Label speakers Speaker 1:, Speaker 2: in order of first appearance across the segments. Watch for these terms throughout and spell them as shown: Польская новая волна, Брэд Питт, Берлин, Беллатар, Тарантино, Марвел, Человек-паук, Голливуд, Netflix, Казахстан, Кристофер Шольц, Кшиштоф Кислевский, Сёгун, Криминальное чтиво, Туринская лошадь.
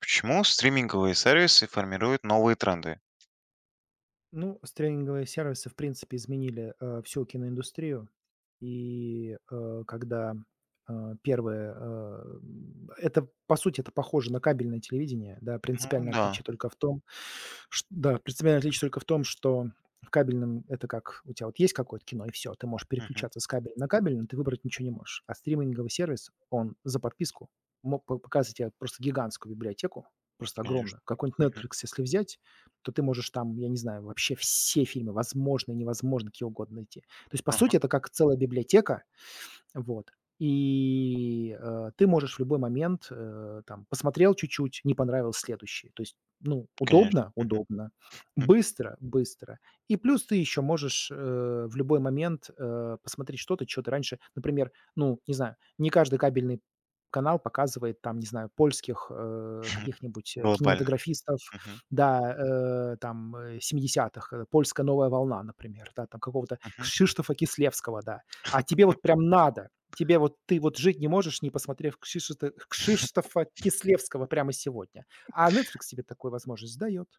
Speaker 1: Почему стриминговые сервисы формируют новые тренды?
Speaker 2: Ну, стриминговые сервисы, в принципе, изменили, всю киноиндустрию. И, э, когда, э, первые, э, Это, по сути, это похоже на кабельное телевидение, да.
Speaker 1: Ну
Speaker 2: Принципиальное
Speaker 1: да,
Speaker 2: отличие только в том, чт да, принципиальное отличие только в том, что в кабельном это как у тебя вот есть какое-то кино, и все, ты можешь
Speaker 1: мгм,
Speaker 2: переключаться с кабеля на кабель, но ты выбрать ничего не можешь. А стриминговый сервис, он за подписку мог по показывать тебе просто гигантскую библиотеку, просто огромную.
Speaker 1: конечно,
Speaker 2: Какой-нибудь
Speaker 1: мгм,
Speaker 2: Netflix, если взять, то ты можешь там, я не знаю, вообще все фильмы возможные, невозможные, какие угодно найти. То есть, по
Speaker 1: ага,
Speaker 2: сути, это как целая библиотека, вот. Ты можешь в любой момент, там посмотрел чуть-чуть, не понравилось, следующий. То есть, ну,
Speaker 1: конечно,
Speaker 2: удобно-
Speaker 1: мгм,
Speaker 2: удобно,
Speaker 1: м,
Speaker 2: быстро- быстро. И плюс ты еще можешь, в любой момент, посмотреть что-то, что ты раньше, например, ну, не знаю, не каждый кабельный канал показывает там, не знаю, польских, каких-нибудь,
Speaker 1: глобальный,
Speaker 2: кинематографистов,
Speaker 1: мгм,
Speaker 2: да, 70 "Польская новая волна", например, да, там какого-то
Speaker 1: мгм.
Speaker 2: Кшиштофа Кислевского, да. А тебе вот прям надо. Тебе вот ты вот жить не можешь, не посмотрев Кшишета Кшиштофа Кислевского прямо сегодня. А Netflix тебе такую возможность дает.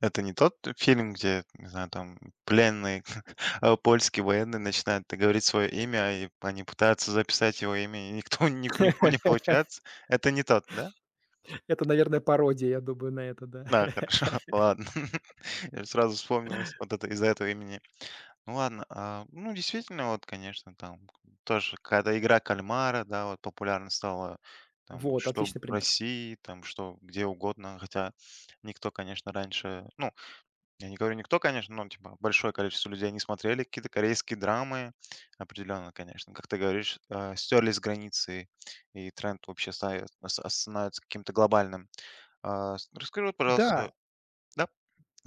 Speaker 1: Это не тот фильм, где, не знаю, там пленные, а, польские военные начинают говорить свое имя, и они пытаются записать его имя, и никто ни у кого не получается. Это не тот, да?
Speaker 2: Это, наверное, пародия, я думаю, на это, да.
Speaker 1: Да, хорошо, ладно. Я сразу вспомнилось вот это из-за этого имени. Ну ладно, а, ну действительно, вот, конечно, там тоже когда игра кальмара, да, вот популярна стала, там,
Speaker 2: Вот,
Speaker 1: что
Speaker 2: отличный
Speaker 1: в
Speaker 2: пример.
Speaker 1: России, там, что где угодно, хотя никто, конечно, раньше, ну, я не говорю никто, конечно, но, типа, большое количество людей не смотрели какие-то корейские драмы, определенно, конечно, как ты говоришь, а, стерлись границы, и тренд вообще становится каким-то глобальным. А, расскажи, вот, пожалуйста,
Speaker 2: Да.
Speaker 1: да?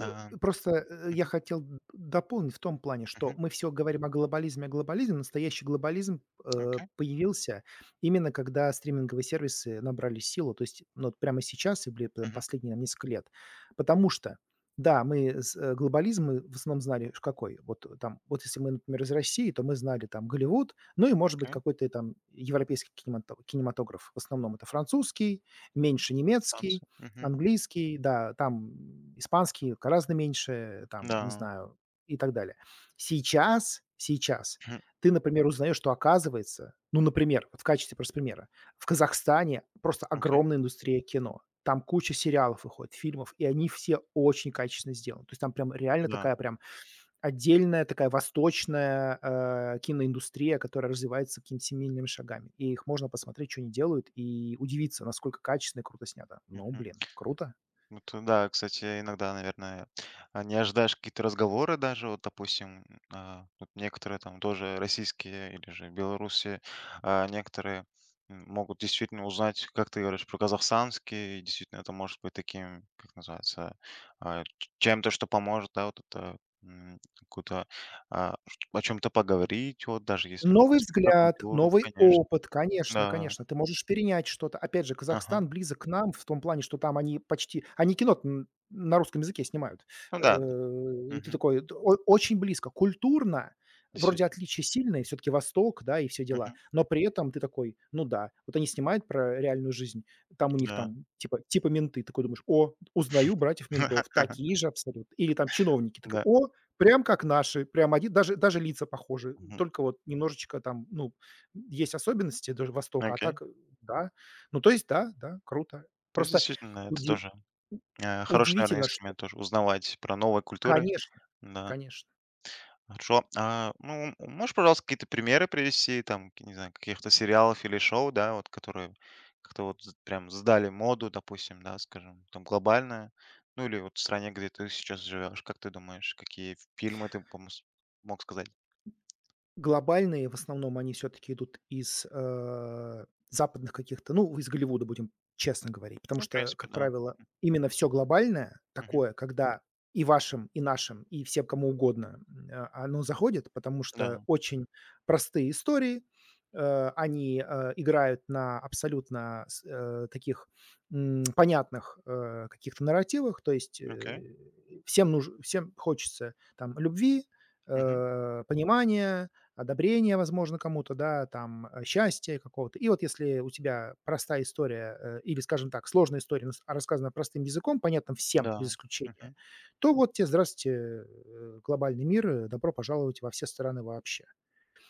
Speaker 2: Э, Просто я
Speaker 1: мгм,
Speaker 2: хотел дополнить в том плане, что
Speaker 1: мгм,
Speaker 2: мы все говорим о глобализме, о глобализме. Настоящий глобализм
Speaker 1: окей,
Speaker 2: появился именно когда стриминговые сервисы набрали силу, то есть, ну, вот прямо сейчас и там
Speaker 1: мгм,
Speaker 2: последние там несколько лет. Потому что, да, глобализм мы в основном знали ж какой. Вот вот если мы, например, из России, то мы знали там Голливуд, ну и, может быть,
Speaker 1: окей,
Speaker 2: какой-то там европейский кинематограф. В основном это французский, меньше немецкий,
Speaker 1: танцы, мгм,
Speaker 2: английский, да, там испанский гораздо меньше, там, не
Speaker 1: да.
Speaker 2: знаю, и так далее. Сейчас
Speaker 1: Мгм.
Speaker 2: ты, например, узнаешь, что, оказывается, ну, например, вот в качестве просто примера, в Казахстане просто
Speaker 1: Окей,
Speaker 2: огромная индустрия кино. Там куча сериалов выходит, фильмов, и они все очень качественно сделаны. То есть там прям реально
Speaker 1: да.
Speaker 2: такая прям отдельная такая восточная, киноиндустрия, которая развивается какими-то семейными шагами. И их можно посмотреть, что они делают, и удивиться, насколько качественно и круто снято. Ну,
Speaker 1: Мгм.
Speaker 2: блин, круто.
Speaker 1: Вот э, да, кстати, иногда, наверное, а, не ожидаешь какие-то разговоры даже, вот, допустим, а, вот некоторые там тоже российские или же белорусы, а, некоторые м, могут действительно узнать, как ты говоришь, про казахстанский, и действительно это может быть таким, как называется, а, чем-то, что поможет, да, вот это м, какую-то а, о чем-то поговорить, вот даже если
Speaker 2: Новый
Speaker 1: просто про
Speaker 2: взгляд,
Speaker 1: культуру,
Speaker 2: новый
Speaker 1: конечно,
Speaker 2: опыт, конечно,
Speaker 1: да,
Speaker 2: конечно. Ты можешь перенять что-то. Опять же,
Speaker 1: ага,
Speaker 2: Казахстан близок к нам в том плане, что там они почти они кино н на русском языке снимают.
Speaker 1: ну да, да.
Speaker 2: И ты
Speaker 1: Мгм.
Speaker 2: такой: "Д о, очень близко". Культурно вроде
Speaker 1: Действительно.
Speaker 2: отличия сильные, все таки Восток, да, и все дела,
Speaker 1: Мгм.
Speaker 2: но при этом ты такой: "Ну да, вот они снимают про реальную жизнь, там у них
Speaker 1: Да,
Speaker 2: там типа менты". Такой думаешь: "О, узнаю братьев-ментов, такие же абсолютно". Или там чиновники, такой:
Speaker 1: да.
Speaker 2: "О, прям как наши, прям один, даже лица похожи,
Speaker 1: Мгм.
Speaker 2: только вот немножечко там, ну, есть особенности даже Востока,
Speaker 1: Окей.
Speaker 2: да. Ну, то есть да, да, круто.
Speaker 1: То есть
Speaker 2: Просто
Speaker 1: действительно это
Speaker 2: уди
Speaker 1: тоже, э, хороший, наверное,
Speaker 2: удивительно, что
Speaker 1: инструмент тоже узнавать про новые культуры.
Speaker 2: конечно,
Speaker 1: Да,
Speaker 2: конечно".
Speaker 1: хорошо. А, ну, можешь, пожалуйста, какие-то примеры привести, там, к не знаю, каких-то сериалов или шоу, да, вот которые как-то вот з прям сдали моду, допустим, да, скажем, там глобально, ну или вот в стране, где ты сейчас живешь. Как ты думаешь, какие фильмы ты помос мог сказать?
Speaker 2: Глобальные, в основном, они все таки идут из, западных каких-то, ну, из Голливуда, будем честно говорить. Потому
Speaker 1: Ну, в
Speaker 2: что,
Speaker 1: принципе,
Speaker 2: как
Speaker 1: да.
Speaker 2: правило, именно все глобальное
Speaker 1: Мгм.
Speaker 2: такое, когда и вашим, и нашим, и всем кому угодно, оно заходит, потому что
Speaker 1: Да.
Speaker 2: очень простые истории, играют на абсолютно таких, понятных, каких-то нарративах. То есть,
Speaker 1: Окей.
Speaker 2: всем хочется там любви,
Speaker 1: Мгм.
Speaker 2: понимания, одобрения, возможно, кому-то, да, там, счастья какого-то. И вот если у тебя простая история или, скажем так, сложная история, но рассказана простым языком, понятно всем без
Speaker 1: Да.
Speaker 2: исключения,
Speaker 1: Мгм.
Speaker 2: то вот тебе здравствуйте, глобальный мир, добро пожаловать во все стороны вообще.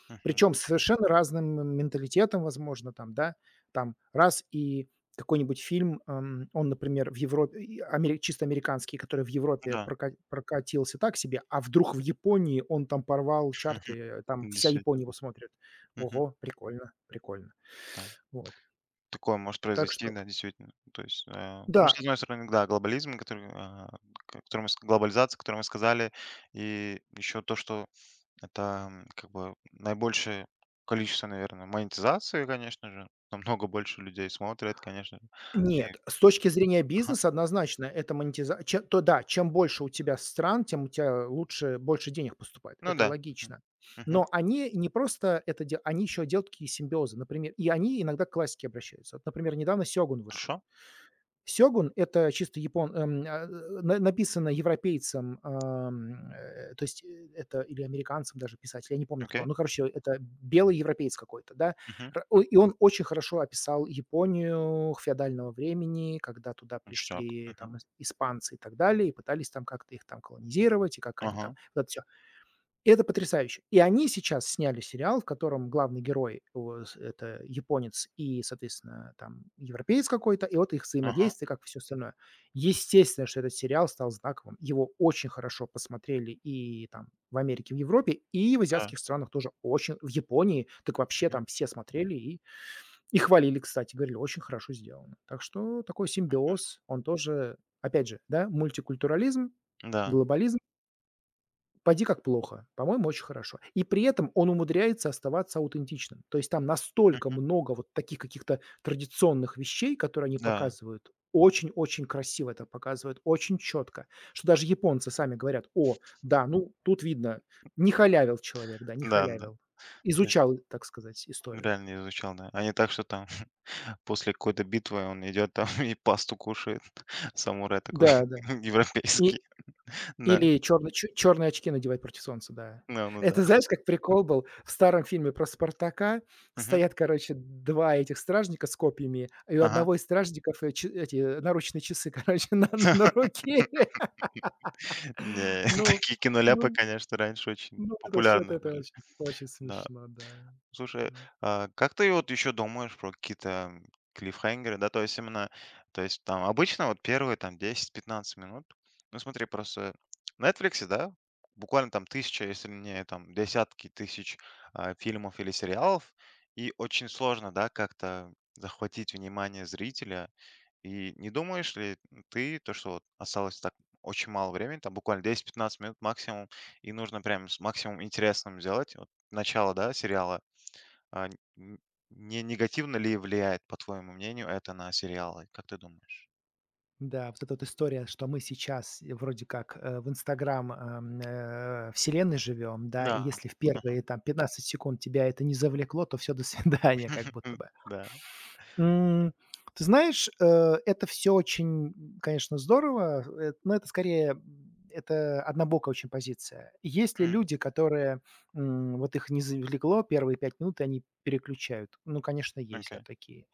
Speaker 1: Мгм.
Speaker 2: Причем с совершенно разным менталитетом, возможно, там, да. Там раз, и какой-нибудь фильм, он, например, в Европе, и амери чисто американский, который в Европе
Speaker 1: Да.
Speaker 2: прокатился так себе, а вдруг в Японии он там порвал чарты, там вся Япония
Speaker 1: Действительно.
Speaker 2: его смотрит.
Speaker 1: Мгм.
Speaker 2: Ого, прикольно, прикольно.
Speaker 1: Да.
Speaker 2: Вот.
Speaker 1: Такое может
Speaker 2: Так
Speaker 1: произойти,
Speaker 2: что
Speaker 1: да, действительно. То есть, э, ну, с
Speaker 2: да.
Speaker 1: одной стороны, да, глобализм, который, а, к который мы с глобализация, которую мы сказали, и еще то, что это, м, как бы наибольшее количество, наверное, монетизации, конечно же. Намного больше людей смотрят, конечно же. И
Speaker 2: Нет, с точки зрения
Speaker 1: ага.
Speaker 2: бизнеса однозначно это монетиза то да, чем больше у тебя стран, тем у тебя лучше больше денег поступает.
Speaker 1: Ну
Speaker 2: Это
Speaker 1: да.
Speaker 2: логично.
Speaker 1: Мгм.
Speaker 2: Но они не просто это де они еще делают такие симбиозы. Например, и они иногда к классике обращаются. Вот, например, недавно "Сёгун" вышел.
Speaker 1: Хорошо.
Speaker 2: Сёгун — это чисто на написано европейцем, ам, э, то есть, э, это или американцем, даже писатель, я не помню кто.
Speaker 1: Окей.
Speaker 2: Ну, короче, это белый европеец какой-то, да.
Speaker 1: Мгм.
Speaker 2: Р о И он очень хорошо описал Японию феодального времени, когда туда
Speaker 1: Ништяк.
Speaker 2: пришли там
Speaker 1: Мгм.
Speaker 2: ис испанцы и так далее, и пытались там как-то их там колонизировать, и как они там
Speaker 1: Ага.
Speaker 2: вот это всё. Это потрясающе. И они сейчас сняли сериал, в котором главный герой о с это японец и, соответственно, там европеец какой-то, и вот их
Speaker 1: Ага.
Speaker 2: взаимодействие, как все остальное. Естественно, что этот сериал стал знаковым. Его очень хорошо посмотрели и там в Америке, в Европе, и в
Speaker 1: Да.
Speaker 2: азиатских странах тоже очень. В Японии так вообще там
Speaker 1: Мгм.
Speaker 2: все смотрели и хвалили, кстати, говорили: "Очень хорошо сделано". Так что такой симбиоз, он тоже, опять же, да, мультикультурализм,
Speaker 1: Да.
Speaker 2: глобализм. Пойди как плохо. По-моему, очень хорошо. И при этом он умудряется оставаться аутентичным. То есть там настолько
Speaker 1: Мгм.
Speaker 2: много вот таких каких-то традиционных вещей, которые они
Speaker 1: Да.
Speaker 2: показывают. Очень-очень красиво это показывают, очень четко, что даже японцы сами говорят: "О, да, ну тут видно, не халявил человек, да, не
Speaker 1: Да-да.
Speaker 2: халявил,
Speaker 1: То есть
Speaker 2: изучал, так сказать, историю".
Speaker 1: реально не изучал, да. А не так, что там после какой-то битвы он идет там и пасту кушает. Самурай такой
Speaker 2: Да, да. И
Speaker 1: европейский. Да,
Speaker 2: или черный черные очки надевать против солнца, да.
Speaker 1: ну ну да.
Speaker 2: Это знаешь, как прикол был в старом фильме про Спартака.
Speaker 1: Мгм.
Speaker 2: Стоят, короче, 2 этих стражника с копьями, и у
Speaker 1: Ага.
Speaker 2: одного из стражников, наручные часы, короче, на руке.
Speaker 1: Не,
Speaker 2: Ну
Speaker 1: такие киноляпы,
Speaker 2: ну
Speaker 1: конечно, раньше очень
Speaker 2: ну, это что-то,
Speaker 1: популярны
Speaker 2: это
Speaker 1: были.
Speaker 2: очень
Speaker 1: Да.
Speaker 2: смешно, да.
Speaker 1: Слушай,
Speaker 2: Да.
Speaker 1: а как ты вот еще думаешь про какие-то м, клиффхенгеры, да, то есть именно, то есть там обычно вот первые там 10-15 минут, ну смотри, просто на Netflix, да, буквально там тысяча, если не там десятки тысяч а, фильмов или сериалов, и очень сложно, да, как-то захватить внимание зрителя. И не думаешь ли ты, то, что вот осталось так очень мало времени, там буквально 10-15 минут максимум, и нужно прям с максимум интересным сделать, вот начало, да, сериала, а н н не негативно ли влияет, по твоему мнению, это на сериалы? Как ты думаешь?
Speaker 2: Да, вот эта вот история, что мы сейчас, вроде как, в "Инстаграм", вселенной живем, да, и
Speaker 1: Да.
Speaker 2: если в
Speaker 1: Ага.
Speaker 2: первые, там, 15 секунд тебя это не завлекло, то все до свидания, как будто
Speaker 1: М,
Speaker 2: бы.
Speaker 1: да.
Speaker 2: М, ты знаешь, это все очень, конечно, здорово, но это скорее, это однобокая очень позиция. Есть ли
Speaker 1: М,
Speaker 2: люди, которые, вот их не завлекло первые 5 минут, и они переключают? Ну, конечно, есть, да,
Speaker 1: окей.
Speaker 2: такие.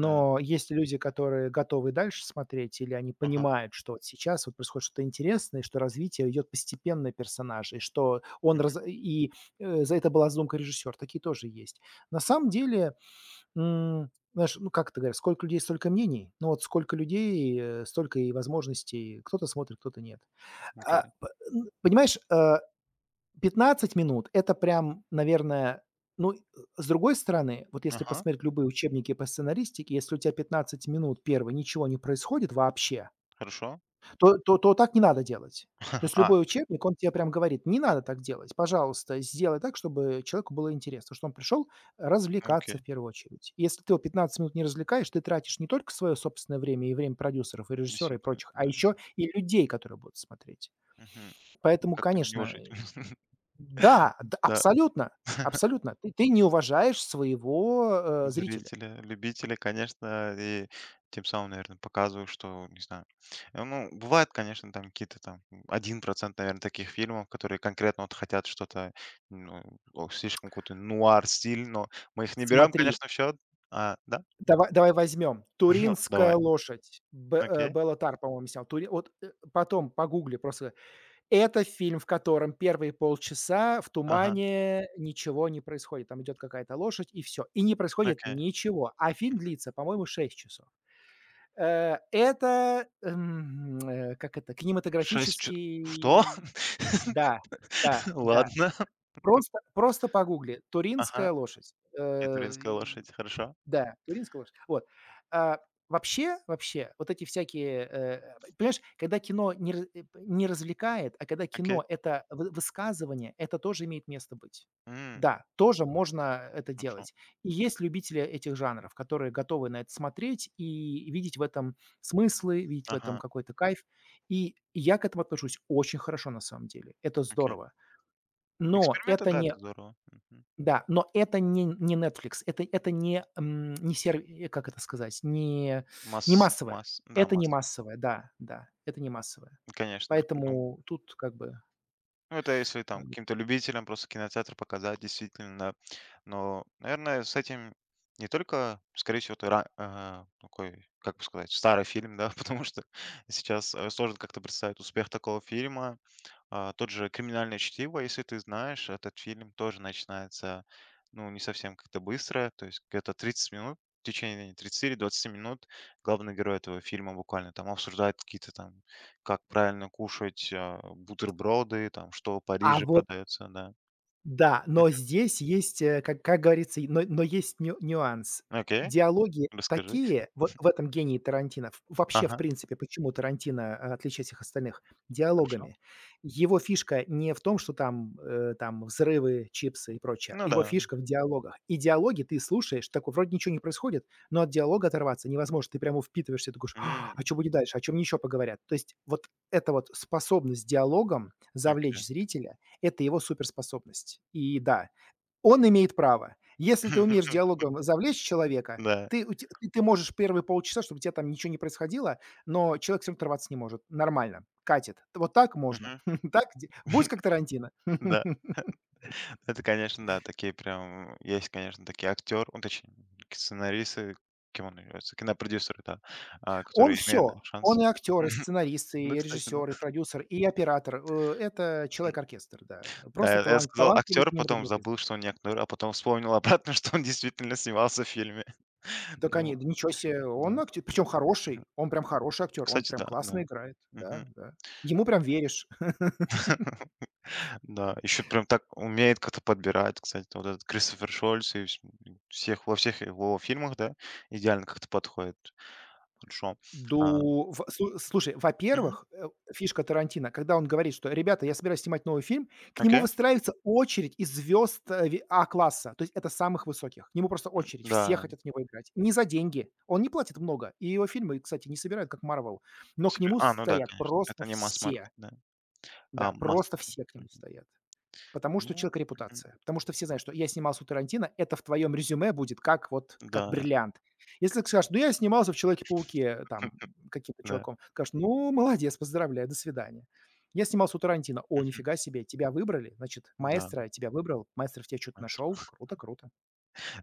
Speaker 1: Да.
Speaker 2: есть и люди, которые готовы дальше смотреть, или они
Speaker 1: Ага.
Speaker 2: понимают, что вот сейчас вот происходит что-то интересное, что развитие идет постепенно персонажа, и что он раз
Speaker 1: Мгм.
Speaker 2: и, за это была задумка режиссер. Такие тоже есть. На самом деле, знаешь, ну, как это говорят: "Сколько людей, столько мнений". Ну, вот сколько людей, столько и возможностей. Кто-то смотрит, кто-то нет. А,
Speaker 1: Окей.
Speaker 2: п н понимаешь, 15 минут — это прям, наверное, ну, с другой стороны, вот если
Speaker 1: Ага.
Speaker 2: посмотреть любые учебники по сценаристике, если у тебя 15 минут 1 ничего не происходит вообще,
Speaker 1: Хорошо.
Speaker 2: то так не надо делать. То есть
Speaker 1: А,
Speaker 2: любой учебник, он тебе прям говорит: "Не надо так делать, пожалуйста, сделай так, чтобы человеку было интересно". Что он пришел развлекаться
Speaker 1: окей.
Speaker 2: в первую очередь. Если ты его 15 минут не развлекаешь, ты тратишь не только свое собственное время и время продюсеров, и режиссера, и
Speaker 1: Действительно,
Speaker 2: прочих, а
Speaker 1: да.
Speaker 2: еще и людей, которые будут смотреть.
Speaker 1: Мгм.
Speaker 2: Поэтому,
Speaker 1: Как-то
Speaker 2: конечно,
Speaker 1: неуважительно.
Speaker 2: да, да,
Speaker 1: Да.
Speaker 2: абсолютно, абсолютно, ты не уважаешь своего, зрителя.
Speaker 1: Зрители, любители, конечно, и тем самым, наверное, показываю, что, не знаю. Э, ну, бывает, конечно, там какие-то там один процент, наверное, таких фильмов, которые конкретно вот хотят что-то, ну, о, слишком какой-то нуар стиль, но мы их не берем,
Speaker 2: Смотри,
Speaker 1: конечно, в счет. А, да?
Speaker 2: давай, давай возьмем:
Speaker 1: Ну,
Speaker 2: "Туринская
Speaker 1: давай.
Speaker 2: лошадь",
Speaker 1: Окей.
Speaker 2: Беллатар, по-моему, снял. Тури вот, потом погугли просто. Это фильм, в котором первые полчаса в
Speaker 1: Ага.
Speaker 2: тумане ничего не происходит. Там идет какая-то лошадь и все. И не происходит
Speaker 1: Окей.
Speaker 2: ничего. А фильм длится, по-моему, 6 часов. Как это,
Speaker 1: Шесть чу... Что?
Speaker 2: кинематографический, да, да, да.
Speaker 1: Ладно.
Speaker 2: Просто погугли
Speaker 1: Ага.
Speaker 2: "Туринская лошадь".
Speaker 1: Кетуринская лошадь. Хорошо.
Speaker 2: Да, туринская лошадь. Вот. А, вообще, вообще, вот эти всякие, э, э, понимаешь, когда кино не не развлекает, а когда
Speaker 1: Окей.
Speaker 2: кино — это вы высказывание, это тоже имеет место быть.
Speaker 1: М,
Speaker 2: Да, тоже можно это
Speaker 1: хорошо.
Speaker 2: делать. И есть любители этих жанров, которые готовы на это смотреть и видеть в этом смыслы, видеть в этом
Speaker 1: Ага.
Speaker 2: какой-то кайф. И я к этому отношусь очень хорошо, на самом деле. Это
Speaker 1: Окей.
Speaker 2: здорово. Но
Speaker 1: Эксперименты,
Speaker 2: это
Speaker 1: да,
Speaker 2: не
Speaker 1: это здорово. Мгм.
Speaker 2: да, но это не не Netflix, это не, не сервис, как это сказать, не
Speaker 1: Масс
Speaker 2: не массовое.
Speaker 1: масс да,
Speaker 2: Это не
Speaker 1: масс
Speaker 2: массовое, да, да, это не массовое.
Speaker 1: конечно. Ну
Speaker 2: Поэтому тут как бы,
Speaker 1: ну, это если
Speaker 2: э,
Speaker 1: там каким-то любителям просто кинотеатр показать, действительно. Да. Но, наверное, с этим не только, скорее всего, это такой, как бы сказать, старый фильм, да, потому что сейчас, э, сложно как-то представить успех такого фильма. А, тот же "Криминальное чтиво", если ты знаешь, этот фильм тоже начинается, ну, не совсем как-то быстро, то есть где-то 30 минут, в течение 30-20 минут главный герой этого фильма буквально там обсуждает какие-то там, как правильно кушать, а, бутерброды, там, что в
Speaker 2: а
Speaker 1: Париже
Speaker 2: вот
Speaker 1: продается, да.
Speaker 2: да, но
Speaker 1: Мгм.
Speaker 2: здесь есть, как говорится, но есть ню нюанс.
Speaker 1: Окей,
Speaker 2: Диалоги
Speaker 1: расскажи.
Speaker 2: такие, вот в этом гении Тарантино, в вообще, в
Speaker 1: Ага,
Speaker 2: принципе, почему Тарантино, отличает всех остальных —
Speaker 1: хорошо.
Speaker 2: диалогами. Его фишка не в том, что там, там взрывы, чипсы и прочее.
Speaker 1: Ну
Speaker 2: Его
Speaker 1: да,
Speaker 2: фишка в диалогах. И диалоги ты слушаешь, такой вроде ничего не происходит, но от диалога оторваться невозможно. Ты прямо впитываешься, ты говоришь: "А
Speaker 1: м,
Speaker 2: что будет дальше? О чем еще поговорят?" То есть вот эта вот способность диалогом
Speaker 1: окей.
Speaker 2: завлечь зрителя — это его суперспособность. И да, он имеет право. Если ты умеешь диалогом завлечь человека,
Speaker 1: Да.
Speaker 2: ты у те ты можешь первые полчаса, чтобы у тебя там ничего не происходило, но человек всё равно оторваться не может. Нормально, катит. Вот так можно.
Speaker 1: Мгм.
Speaker 2: Так де будь как Тарантино.
Speaker 1: Да. Это, конечно, да, такие прям э, есть, конечно, такие актеры, ну, точнее, сценаристы, кем он является, кинопродюсеры, да, а,
Speaker 2: Он
Speaker 1: которые имеют да,
Speaker 2: все, он
Speaker 1: шанс.
Speaker 2: и актер, и сценарист,
Speaker 1: Ну,
Speaker 2: и
Speaker 1: кстати, да.
Speaker 2: режиссер, и продюсер, и оператор. Это
Speaker 1: Мгм.
Speaker 2: человек-оркестр, да.
Speaker 1: Да,
Speaker 2: Просто
Speaker 1: я сказал
Speaker 2: талантливый
Speaker 1: актер, потом
Speaker 2: кинематографист.
Speaker 1: забыл, что он не актер, а потом вспомнил обратно, что он действительно снимался в фильме.
Speaker 2: Да, коне
Speaker 1: Ну,
Speaker 2: да ничего себе,
Speaker 1: да.
Speaker 2: он актер, причем
Speaker 1: Мгм.
Speaker 2: хороший, он прям хороший актер, он
Speaker 1: Кстати,
Speaker 2: прям
Speaker 1: да,
Speaker 2: классно
Speaker 1: да.
Speaker 2: играет, да,
Speaker 1: Мгм.
Speaker 2: да. Ему прям веришь.
Speaker 1: Да, еще прям так умеет как-то подбирать, кстати, вот этот Кристофер Шольц и всех, во всех его фильмах, да, идеально как-то подходит. Хорошо. А,
Speaker 2: Ду в слу слушай, во-первых, фишка Тарантино, когда он говорит, что: "Ребята, я собираюсь снимать новый фильм", к нему
Speaker 1: окей,
Speaker 2: выстраивается очередь из звезд, э, ви А-класса, то есть это самых высоких. К нему просто очередь, все
Speaker 1: да.
Speaker 2: хотят в него играть. Не за деньги, он не платит много, и его фильмы, кстати, не собирают, как "Марвел", но к
Speaker 1: Серё
Speaker 2: нему
Speaker 1: а, ну да,
Speaker 2: стоят
Speaker 1: конечно.
Speaker 2: просто
Speaker 1: Это не
Speaker 2: все.
Speaker 1: масс-маркет, да. А,
Speaker 2: Да, просто
Speaker 1: масло
Speaker 2: все к
Speaker 1: там.
Speaker 2: нему стоят. Потому что у
Speaker 1: Ну,
Speaker 2: человека
Speaker 1: мгм.
Speaker 2: репутация. Потому что все знают, что я снимался у Тарантино, это в твоем резюме будет как вот как
Speaker 1: Да,
Speaker 2: бриллиант. Если ты скажешь: "Ну, я снимался в "Человеке-пауке", там, каким-то
Speaker 1: да.
Speaker 2: чуваком", скажешь: "Ну, молодец, поздравляю, до свидания". Я снимался у Тарантино. "О, нифига себе, тебя выбрали, значит,
Speaker 1: Да,
Speaker 2: маэстро тебя выбрал, маэстро в тебя что то нашел.
Speaker 1: масло.
Speaker 2: Круто, круто".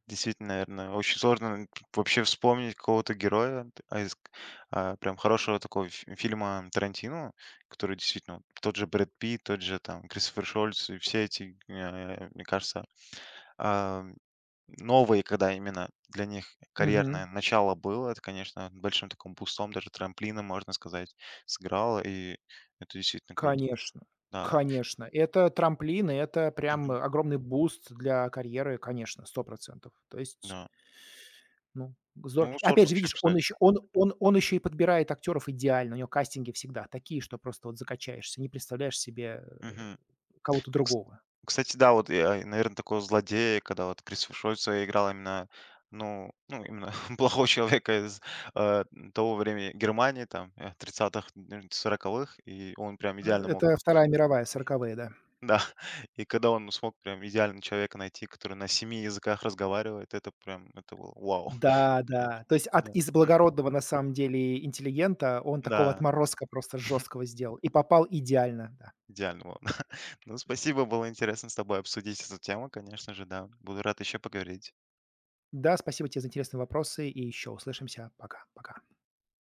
Speaker 1: Действительно, наверное, очень сложно вообще вспомнить какого-то героя, т а из к а, прям хорошего такого фи фильма Тарантино, который действительно вот тот же Брэд Питт, тот же там Кристофер Шольц и все эти, э, мне кажется, новые, когда именно для них карьерное
Speaker 2: Мгм.
Speaker 1: начало было, это, конечно, большим таким бустом, даже трамплином, можно сказать, сыграло, и это действительно круто.
Speaker 2: Конечно,
Speaker 1: Да.
Speaker 2: конечно. Это трамплин, и это прям
Speaker 1: Мгм.
Speaker 2: огромный буст для карьеры, конечно, 100%. То есть,
Speaker 1: Да.
Speaker 2: ну, здорово.
Speaker 1: Ну, сложно
Speaker 2: Опять же,
Speaker 1: вообще
Speaker 2: видишь, он
Speaker 1: обсуждать.
Speaker 2: еще он еще и подбирает актеров идеально. У него кастинги всегда такие, что просто вот закачаешься, не представляешь себе,
Speaker 1: Мгм.
Speaker 2: кого-то
Speaker 1: Ну, кс
Speaker 2: другого.
Speaker 1: кстати, да, вот я, наверно, такого злодея, когда вот Крис Шольц играл именно, ну ну, именно плохого человека из, э, того времени Германии, там, э, 30-х, м, 40-х, и он прям идеально мог
Speaker 2: Это Вторая мировая, 40, да.
Speaker 1: да, и когда он смог прям идеально человека найти, который на 7 языках разговаривает, это прям, это было вау,
Speaker 2: Да,
Speaker 1: конечно.
Speaker 2: да. То есть от
Speaker 1: Да,
Speaker 2: из благородного, на самом деле, интеллигента он такого
Speaker 1: да,
Speaker 2: отморозка просто жесткого сделал и попал идеально, да.
Speaker 1: идеально было. Ну, спасибо, было интересно с тобой обсудить эту тему, конечно же, да. Буду рад еще поговорить.
Speaker 2: Да, спасибо тебе за интересные вопросы и еще услышимся. Пока, пока.